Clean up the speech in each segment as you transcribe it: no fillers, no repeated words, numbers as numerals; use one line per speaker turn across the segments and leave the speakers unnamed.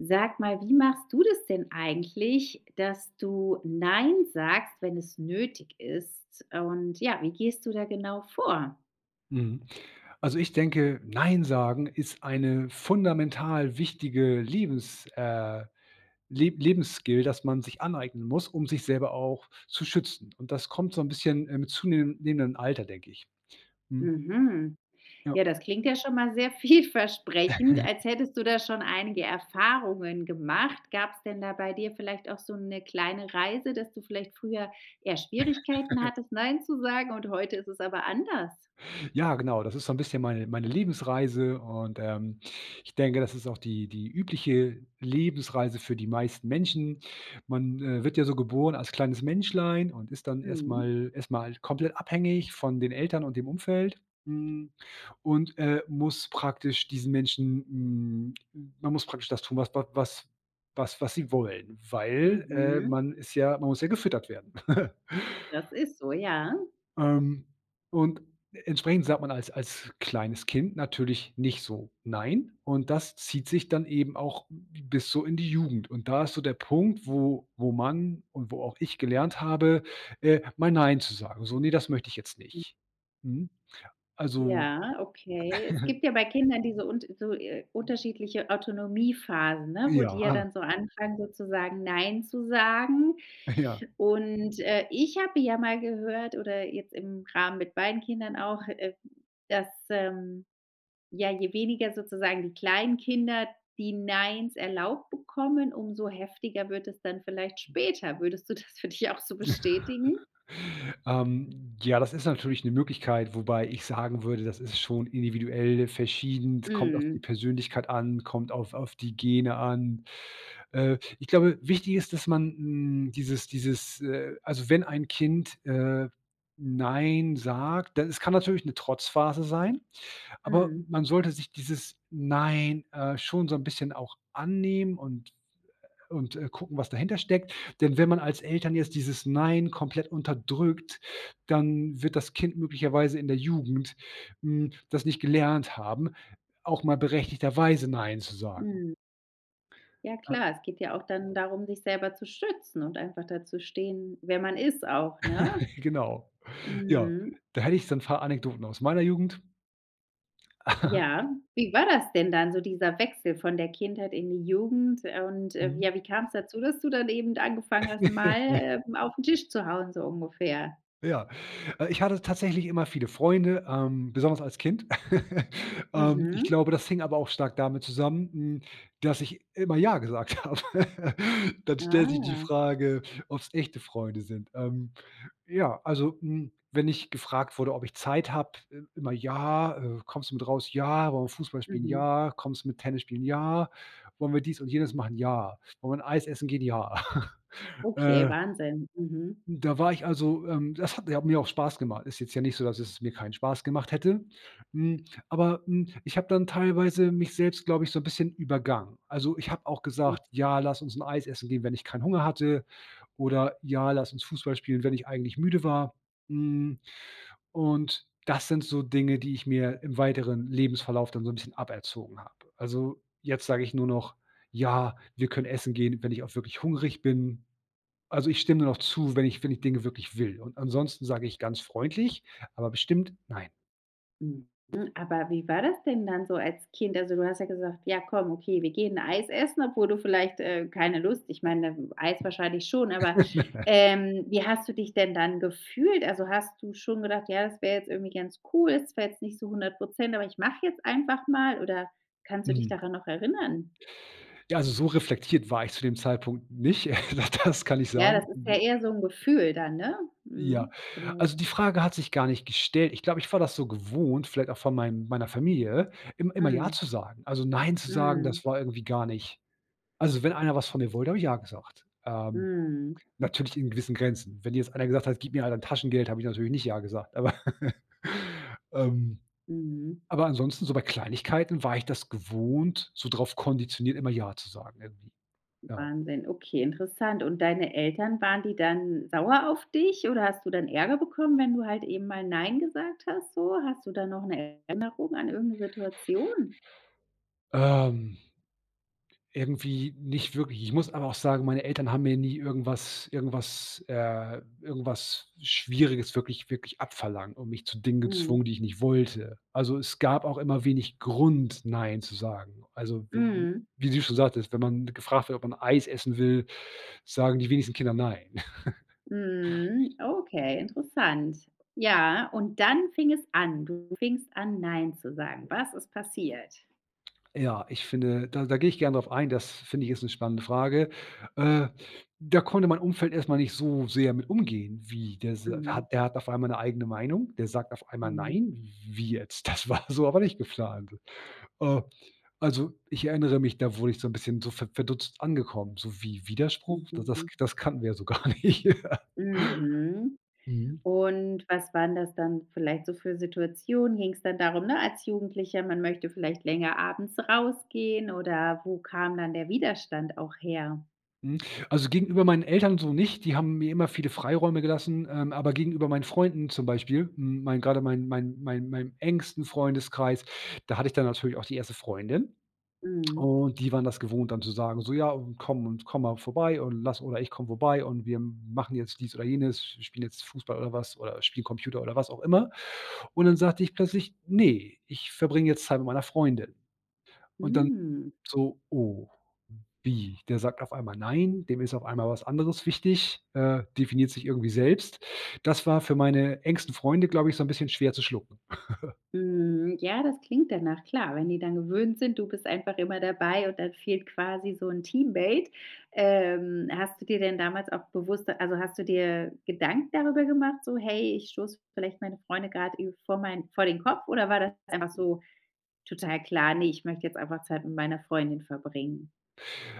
Sag mal, wie machst du das denn eigentlich, dass du nein sagst, wenn es nötig ist? Und ja, wie gehst du da genau vor?
Mhm. Also, ich denke, „Nein" sagen ist eine fundamental wichtige Lebensskill, das man sich aneignen muss, um sich selber auch zu schützen. Und das kommt so ein bisschen, mit zunehmendem Alter, denke ich. Mhm,
Mhm. Ja,
ja.
das klingt ja schon mal sehr vielversprechend, als hättest du da schon einige Erfahrungen gemacht. Gab es denn da bei dir vielleicht auch so eine kleine Reise, dass du vielleicht früher eher Schwierigkeiten hattest, nein zu sagen und heute ist es aber anders?
Ja, genau, das ist so ein bisschen meine Lebensreise und ich denke, das ist auch die übliche Lebensreise für die meisten Menschen. Man wird ja so geboren als kleines Menschlein und ist dann
Mhm.
erstmal komplett abhängig von den Eltern und dem Umfeld, hm, und muss praktisch man muss praktisch das tun, was sie wollen, weil
Mhm.
man ist ja man muss ja gefüttert werden.
Das ist so, ja.
Ähm, und entsprechend sagt man als kleines Kind natürlich nicht so „Nein" und das zieht sich dann eben auch bis so in die Jugend. Und da ist so der Punkt, wo man und wo auch ich gelernt habe, mal „Nein" zu sagen. So: nee, das möchte ich jetzt nicht." Mhm. Also
Ja, okay. Es gibt ja bei Kindern diese unterschiedliche Autonomiephasen, ne, wo die
ja,
ja dann so anfangen, sozusagen „Nein“ zu sagen.
ja.
Und, ich habe ja mal gehört oder jetzt im Rahmen mit beiden Kindern auch, dass ja, je weniger sozusagen die kleinen Kinder die Neins erlaubt bekommen, umso heftiger wird es dann vielleicht später. Würdest du das für dich auch so bestätigen?
Ja, das ist natürlich eine Möglichkeit, wobei ich sagen würde, das ist schon individuell verschieden, kommt auf die
Mhm.
Persönlichkeit an, kommt auf die Gene an. Ich glaube, wichtig ist, dass man, also, wenn ein Kind, „Nein" sagt, dann es kann natürlich eine Trotzphase sein, aber
Mhm.
man sollte sich dieses „Nein", schon so ein bisschen auch annehmen und gucken, was dahinter steckt. Denn wenn man als Eltern jetzt dieses „Nein" komplett unterdrückt, dann wird das Kind möglicherweise in der Jugend, das nicht gelernt haben, auch mal berechtigterweise „Nein" zu sagen.
Mhm. Ja
Äh,
klar, es geht ja auch dann darum, sich selber zu schützen und einfach dazu stehen, wer man ist auch, ne?
genau. Ja,
Mhm.
da hätte ich so 'n paar Anekdoten aus meiner Jugend.
Ja. Wie war das denn dann so dieser Wechsel von der Kindheit in die Jugend? Und,
Mhm.
ja, wie kam's dazu, dass du dann eben angefangen hast, auf 'n Tisch zu hauen, so ungefähr?
Ja. Ich hatte tatsächlich immer viele Freunde, besonders als Kind. Ich
Mhm.
glaube, das hing aber auch stark damit zusammen, dass ich immer „ja" gesagt habe. Dann stellt sich die
Ah.
Frage, ob's echte Freunde sind. Ja, also, wenn ich gefragt wurde, ob ich Zeit habe, immer: „Ja", „Kommst du mit raus?" „Ja", „Wollen wir Fußball spielen?"
Mhm.
„Ja", „Kommst du mit Tennis spielen?" „Ja", „Wollen wir dies und jenes machen?" „Ja", „Wollen wir 'n Eis essen gehen?" „Ja",
Okay,
äh
Wahnsinn. Mhm.
da war ich das hat ja mir auch Spaß gemacht. Ist jetzt ja nicht so, dass es mir keinen Spaß gemacht hätte. Aber ich habe dann teilweise mich selbst, glaube ich, so ein bisschen übergangen. Also, ich habe auch gesagt: „Ja, lass uns ein Eis essen gehen", wenn ich keinen Hunger hatte oder „Ja, lass uns Fußball spielen", wenn ich eigentlich müde war. Hm, und das sind so Dinge, die ich mir im weiteren Lebensverlauf dann so ein bisschen aberzogen habe. Also, jetzt sage ich nur noch: „Ja, wir können essen gehen, wenn ich auch wirklich hungrig bin." Also, ich stimme nur noch zu, wenn ich Dinge wirklich will. Und ansonsten sage ich ganz freundlich, aber bestimmt nein.
Mhm. Aber wie war das denn dann so als Kind? Also, du hast ja gesagt: „Ja, komm, okay, wir gehen Eis essen“, obwohl du vielleicht, keine Lust ich meine, Eis wahrscheinlich schon, aber, wie hast du dich denn dann gefühlt? Also, hast du schon gedacht: „Ja, das wäre jetzt irgendwie ganz cool, Es zwar jetzt nicht so 100%, aber ich mache jetzt einfach mal“, oder kannst du dich
Mhm.
daran noch erinnern?
Ja, also, so reflektiert war ich zu dem Zeitpunkt nicht. Das kann ich
Ja,
sagen.
das ist ja eher so ein Gefühl dann, ne?
Ja.
Mhm, vielleicht.
Also, die Frage hat sich gar nicht gestellt. Ich glaube, ich war das so gewohnt, vielleicht auch von meinem meiner Familie, im immer ja
Mhm.
zu sagen. Also, nein zu sagen,
Mhm.
das war irgendwie gar nicht also, wenn einer was von mir wollte, habe ich ja gesagt.
Mhm.
Natürlich in gewissen Grenzen. Wenn jetzt einer gesagt hat: „Gib mir halt ein Taschengeld", habe ich natürlich nicht ja gesagt, aber, ähm
Mhm.
aber ansonsten so bei Kleinigkeiten war ich das gewohnt, so drauf konditioniert, immer „ja" zu sagen irgendwie, ja.
Wahnsinn, okay, interessant. Und deine Eltern, waren die dann sauer auf dich oder hast du dann Ärger bekommen, wenn du halt eben mal nein gesagt hast so? Hast du da noch eine Erinnerung an irgendeine Situation?
Ähm, irgendwie nicht wirklich ich muss aber auch sagen, meine Eltern haben mir nie irgendwas Schwieriges wirklich abverlangt und mich zu Dingen
Mhm.
gezwungen, die ich nicht wollte. Also, es gab auch immer wenig Grund, „nein" zu sagen. Also, w
Mhm.
wie du schon sagtest, wenn man gefragt wird, ob man Eis essen will, sagen die wenigsten Kinder „nein".
Mhm. Okay, interessant. Ja, und dann fing es an. Du fingst an, nein zu sagen. Was ist passiert?
Ja, ich finde, da gehe ich gerne drauf ein. Das finde ich ist eine spannende Frage. Äh, da konnte mein Umfeld erstmal nicht so sehr mit umgehen, wie der s
Mhm.
hat der hat auf einmal eine eigene Meinung, der sagt auf einmal:
Mhm.
„Nein, wie jetzt? Das war so aber nicht geplant." Äh, also, ich erinnere mich, da wurde ich so ein bisschen so verdutzt angekommen, so wie Widerspruch? Da das
Mhm.
das kannten wir ja so gar nicht.
Mhm.
Mhm.
Und was waren das dann vielleicht so für Situationen? Ging es dann darum, ne, als Jugendlicher, man möchte vielleicht länger abends rausgehen oder wo kam dann der Widerstand auch her?
Mhm. Also, gegenüber meinen Eltern so nicht, die haben mir immer viele Freiräume gelassen, aber gegenüber meinen Freunden zum Beispiel, hm, mein grade mein mein mein meinem engsten Freundeskreis, da hatte ich dann natürlich auch die erste Freundin
Mhm.
und die waren das gewohnt, dann zu sagen, so: „Ja, und komm mal vorbei und lass oder ich komme vorbei und wir machen jetzt dies oder jenes, spielen jetzt Fußball oder was oder spielen Computer oder was auch immer." Und dann sagte ich plötzlich: nee, ich verbringe jetzt Zeit mit meiner Freundin." Und dann
Mhm.
so: „Oh, wie?" Der sagt auf einmal „Nein", dem ist auf einmal was anderes wichtig, definiert sich irgendwie selbst. Das war für meine engsten Freunde, glaube ich, so ein bisschen schwer zu schlucken.
Mhm. Ja, das klingt danach, klar. Wenn die dann gewöhnt sind, du bist einfach immer dabei und dann fehlt quasi so ein Teammate. Hast du dir denn damals auch bewusst also, hast du dir Gedanken darüber gemacht, so: „Hey, ich stoße vielleicht meine Freunde gerade vor den Kopf“, oder war das einfach so Total klar. Ne, ich möchte jetzt einfach Zeit mit meiner Freundin verbringen.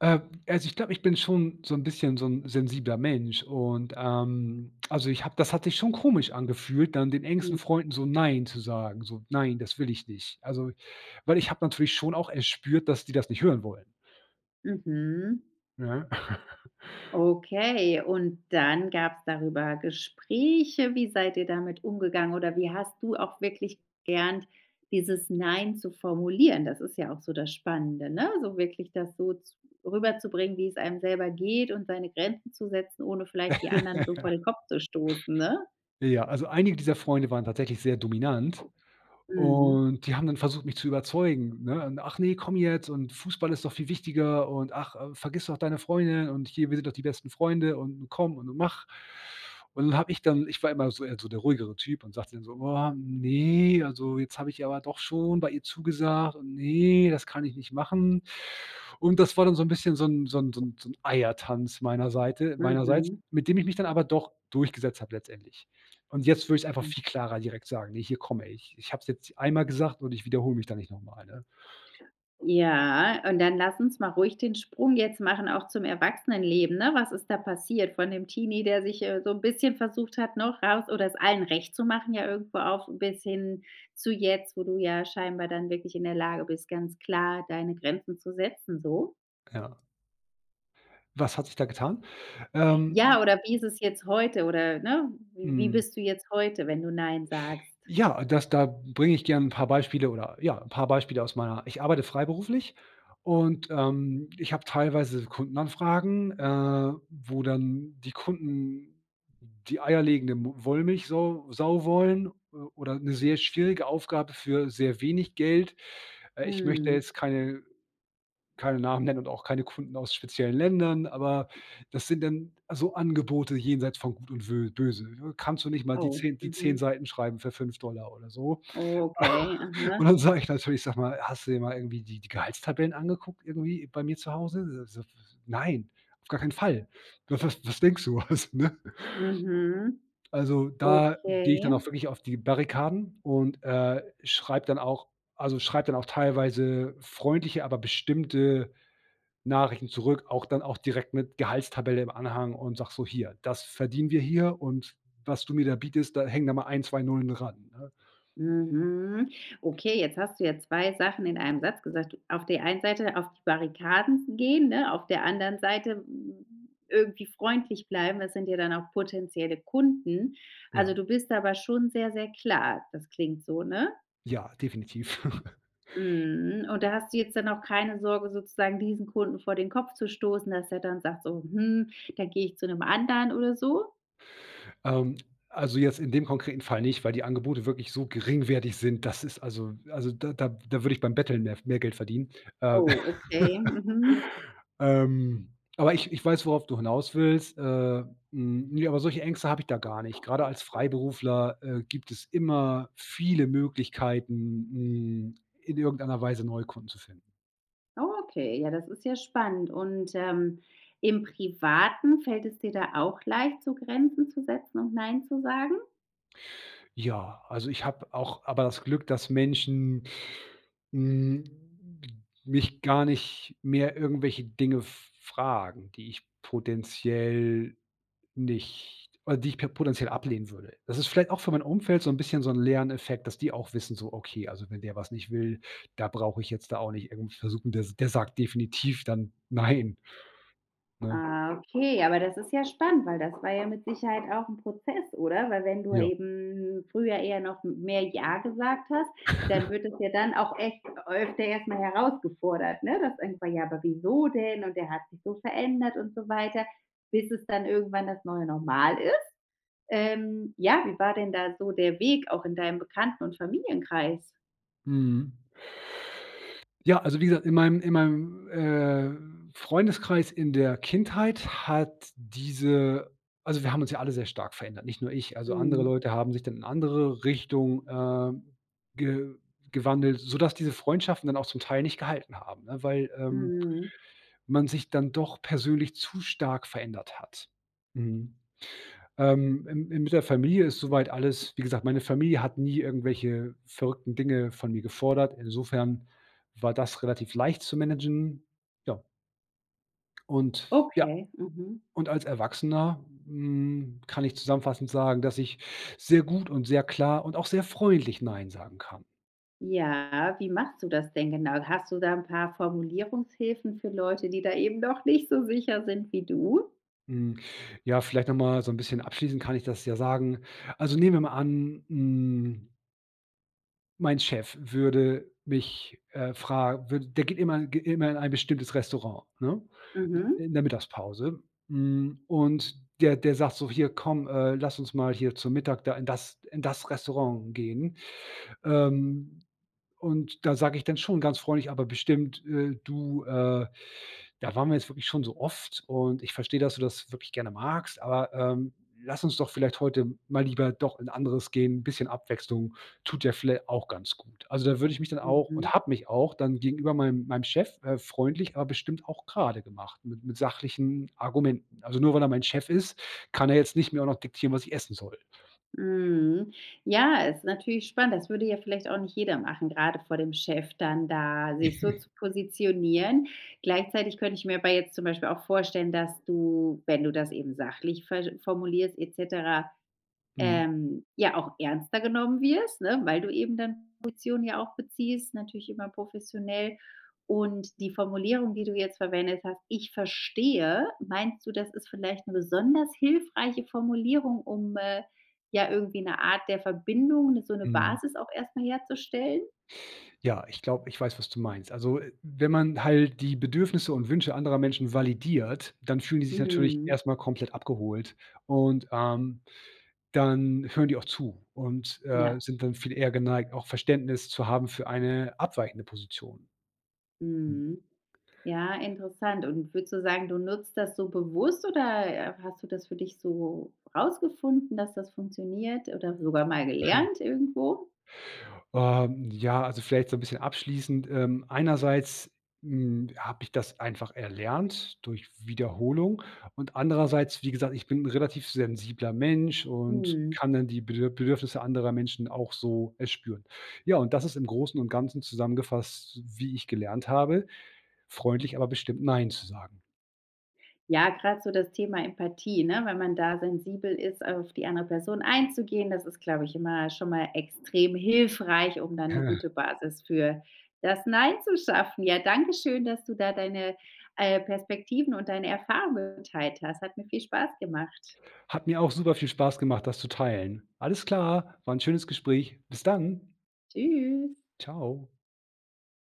Äh, also, ich glaube, ich bin schon so ein bisschen so ein sensibler Mensch und also, ich habe das hat sich schon komisch angefühlt, dann den engsten
Mhm.
Freunden so „Nein" zu sagen, so: „Nein, das will ich nicht." Also, weil ich habe natürlich schon auch erspürt, dass die das nicht hören wollen,
Mhm.
ne?
Okay, und dann gab's darüber Gespräche. Wie seid ihr damit umgegangen oder wie hast du auch wirklich gelernt, dieses Nein zu formulieren? Das ist ja auch so das Spannende, ne? So wirklich das so z rüberzubringen, wie es einem selber geht und seine Grenzen zu setzen, ohne vielleicht die anderen so vor den Kopf zu stoßen, ne?
Ja, also, einige dieser Freunde waren tatsächlich sehr dominant.
Mhm.
Und die haben dann versucht, mich zu überzeugen, ne? Und: „Ach ne, komm jetzt und Fußball ist doch viel wichtiger und ach, vergiss doch deine Freundin und hier, wir sind doch die besten Freunde und komm und mach." Und dann habe ich war immer so eher so der ruhigere Typ und sagte dann so: „Oh ne, also jetzt habe ich aber doch schon bei ihr zugesagt und nee, das kann ich nicht machen." Und das war dann so ein bisschen so ein so 'n Eiertanz meinerseits,
Mhm.
mit dem ich mich dann aber doch durchgesetzt habe letztendlich. Und jetzt würde ich's einfach viel klarer direkt sagen: „Ne, hier komme ich. Ich habe es jetzt einmal gesagt und ich wiederhole mich da nicht noch mal", ne?
Ja, und dann lass uns mal ruhig den Sprung jetzt machen, auch zum Erwachsenenleben, ne? Was ist da passiert von dem Teenie, der sich, so ein bisschen versucht hat, noch raus oder es allen recht zu machen ja irgendwo auf bis hin zu jetzt, wo du ja scheinbar dann wirklich in der Lage bist, ganz klar deine Grenzen zu setzen so.
Ja. Was hat sich da getan? Ähm,
Ja, oder wie ist es jetzt heute oder, ne, w wie
hm,
bist du jetzt heute, wenn du „Nein“ sagst?
ja, das da bringe ich gern 'n paar Beispiele oder ja, 'n paar Beispiele aus meiner ich arbeite freiberuflich und ich habe teilweise Kundenanfragen, wo dann die Kunden die eierlegende Mu Wollmilchsau Sau wollen o oder 'ne sehr schwierige Aufgabe für sehr wenig Geld. Ich möchte
Mhm.
jetzt keine Namen nennen und auch keine Kunden aus speziellen Ländern, aber das sind dann so Angebote jenseits von Gut und Wö Böse. Kannst du nicht mal
Oh,
die 10
mhm.
Seiten schreiben für $5 oder so?
Okay,
Und
aha.
dann sage ich natürlich: „Sag mal, hast du dir mal irgendwie die Gehaltstabellen angeguckt irgendwie bei mir zu Hause?" So: „Nein, auf gar keinen Fall. Was denkst du?" Also, ne?
Mhm.
Also, da gehe ich dann
Okay.
auch wirklich auf die Barrikaden und schreibe dann auch also, schreibe dann auch teilweise freundliche, aber bestimmte Nachrichten zurück, auch dann auch direkt mit Gehaltstabelle im Anhang und sag so: „Hier, das verdienen wir hier und was du mir da bietest, da hängen da mal ein 2 Nullen dran. Ne?
Mhm. Okay, jetzt hast du ja 2 Sachen in einem Satz gesagt. Auf der einen Seite auf die Barrikaden gehen, ne? Auf der anderen Seite, hm, irgendwie freundlich bleiben. Das sind ja dann auch potenzielle Kunden. Also,
Ja,
du bist aber schon sehr, sehr klar. Das klingt so, ne?
ja, definitiv.
Mhm. Und da hast du jetzt dann auch keine Sorge, sozusagen diesen Kunden vor den Kopf zu stoßen, dass er dann sagt so: „Hm, dann gehe ich zu einem anderen“ oder so?
Ähm, also, jetzt in dem konkreten Fall nicht, weil die Angebote wirklich so geringwertig sind. Das ist also, da würde ich beim Betteln mehr Geld verdienen. Äh
Oh, okay. Mhm.
Aber ich weiß, worauf du hinaus willst. Ne, aber solche Ängste habe ich da gar nicht. Grade als Freiberufler, gibt es immer viele Möglichkeiten, hm, in irgendeiner Weise neue Kunden zu finden.
Okay, ja, das ist ja spannend. Und, im Privaten fällt es dir da auch leicht, so Grenzen zu setzen und „Nein“ zu sagen?
Ja, also ich habe auch aber das Glück, dass Menschen, hm, mich gar nicht mehr irgendwelche Dinge fragen, die ich potenziell Nicht oder die ich per potenziell ablehnen würde. Das ist vielleicht auch für mein Umfeld so 'n bisschen so 'n Lerneffekt, dass die auch wissen, so: „Okay, also wenn der was nicht will, da brauche ich jetzt da auch nicht irgendwie versuchen, der sagt definitiv dann nein", ne?
Ah, okay, aber das ist ja spannend, weil das war ja mit Sicherheit auch ein Prozess, oder? Weil wenn du
Ja.
eben früher eher noch mehr „Ja“ gesagt hast, dann wird es ja dann auch echt öfter erstmal herausgefordert, ne? Dass irgendwann: „Ja, aber wieso denn? Und der hat sich so verändert“ und so weiter, bis es dann irgendwann das neue Normal ist? Ja, wie war denn da so der Weg auch in deinem Bekannten und Familienkreis?
Mhm. Ja, also wie gesagt, in meinem Freundeskreis in der Kindheit hat diese also wir haben uns ja alle sehr stark verändert, nicht nur ich. Also andere
Mhm.
Leute haben sich dann in andere Richtung, ge gewandelt, sodass diese Freundschaften dann auch zum Teil nicht gehalten haben, ne, weil
Mhm.
man sich dann doch persönlich zu stark verändert hat. Mhm. Im mit der Familie ist soweit alles wie gesagt, meine Familie hat nie irgendwelche verrückten Dinge von mir gefordert. Insofern war das relativ leicht zu managen. Ja, und ja,
Okay. Mhm.
und als Erwachsener, kann ich zusammenfassend sagen, dass ich sehr gut und sehr klar und auch sehr freundlich nein sagen kann.
Ja, wie machst du das denn genau? Hast du da ein paar Formulierungshilfen für Leute, die da eben noch nicht so sicher sind wie du?
Hm, ja, vielleicht noch mal so ein bisschen abschließend kann ich das ja sagen. Also, nehmen wir mal an, mein Chef würde mich, fra würde der geht immer in ein bestimmtes Restaurant, ne?
Mhm.
In der Mittagspause. Und der sagt so: „Hier, komm, lass uns mal hier zum Mittag da in das Restaurant gehen." Ähm, und da sage ich dann schon ganz freundlich, aber bestimmt, „Du, äh" da waren wir jetzt wirklich schon so oft und ich verstehe, dass du das wirklich gerne magst, aber lass uns doch vielleicht heute mal lieber doch in anderes gehen. Ein bisschen Abwechslung tut ja vielleicht auch ganz gut. Also, da würde ich mich dann auch
Mhm.
und habe mich auch dann gegenüber meinem Chef, freundlich, aber bestimmt auch gerade gemacht mit sachlichen Argumenten. Also, nur weil er mein Chef ist, kann er jetzt nicht mir auch noch diktieren, was ich essen soll.
Mhm. Ja, ist natürlich spannend. Das würde ja vielleicht auch nicht jeder machen, gerade vor dem Chef dann da sich so zu positionieren. Gleichzeitig könnte ich mir aber jetzt zum Beispiel auch vorstellen, dass du, wenn du das eben sachlich ver formulierst et cetera,
Mhm,
ja auch ernster genommen wirst, ne, weil du eben dann Position ja auch beziehst, natürlich immer professionell. Und die Formulierung, die du jetzt verwendet hast: „Ich verstehe“, meinst du, das ist vielleicht eine besonders hilfreiche Formulierung, um, ja irgendwie eine Art der Verbindung, so eine
mhm.
Basis auch erstmal herzustellen?
Ja, ich glaube, ich weiß, was du meinst. Also, wenn man halt die Bedürfnisse und Wünsche anderer Menschen validiert, dann fühlen die sich natürlich
Mhm.
erst mal komplett abgeholt und dann hören die auch zu und
Ja.
sind dann viel eher geneigt, auch Verständnis zu haben für eine abweichende Position.
Mhm. Ja, interessant. Und würdest du sagen, du nutzt das so bewusst oder, hast du das für dich so rausgefunden, dass das funktioniert oder sogar mal gelernt irgendwo?
Ja, also vielleicht so ein bisschen abschließend. Einerseits, habe ich das einfach erlernt durch Wiederholung und andererseits, wie gesagt, ich bin ein relativ sensibler Mensch und
Mhm.
kann dann die Bedürfnisse anderer Menschen auch so erspüren. Ja, und das ist im Großen und Ganzen zusammengefasst, wie ich gelernt habe, freundlich, aber bestimmt „Nein" zu sagen.
Ja, gerade so das Thema Empathie, ne? Wenn man da sensibel ist, auf die andere Person einzugehen, das ist, glaube ich, immer schon mal extrem hilfreich, um dann eine gute Basis für das „Nein“ zu schaffen. Ja, danke schön, dass du da deine, Perspektiven und deine Erfahrungen geteilt hast. Hat mir viel Spaß gemacht.
Hat mir auch super viel Spaß gemacht, das zu teilen. Alles klar, war ein schönes Gespräch. Bis dann.
Tschüss.
Ciao.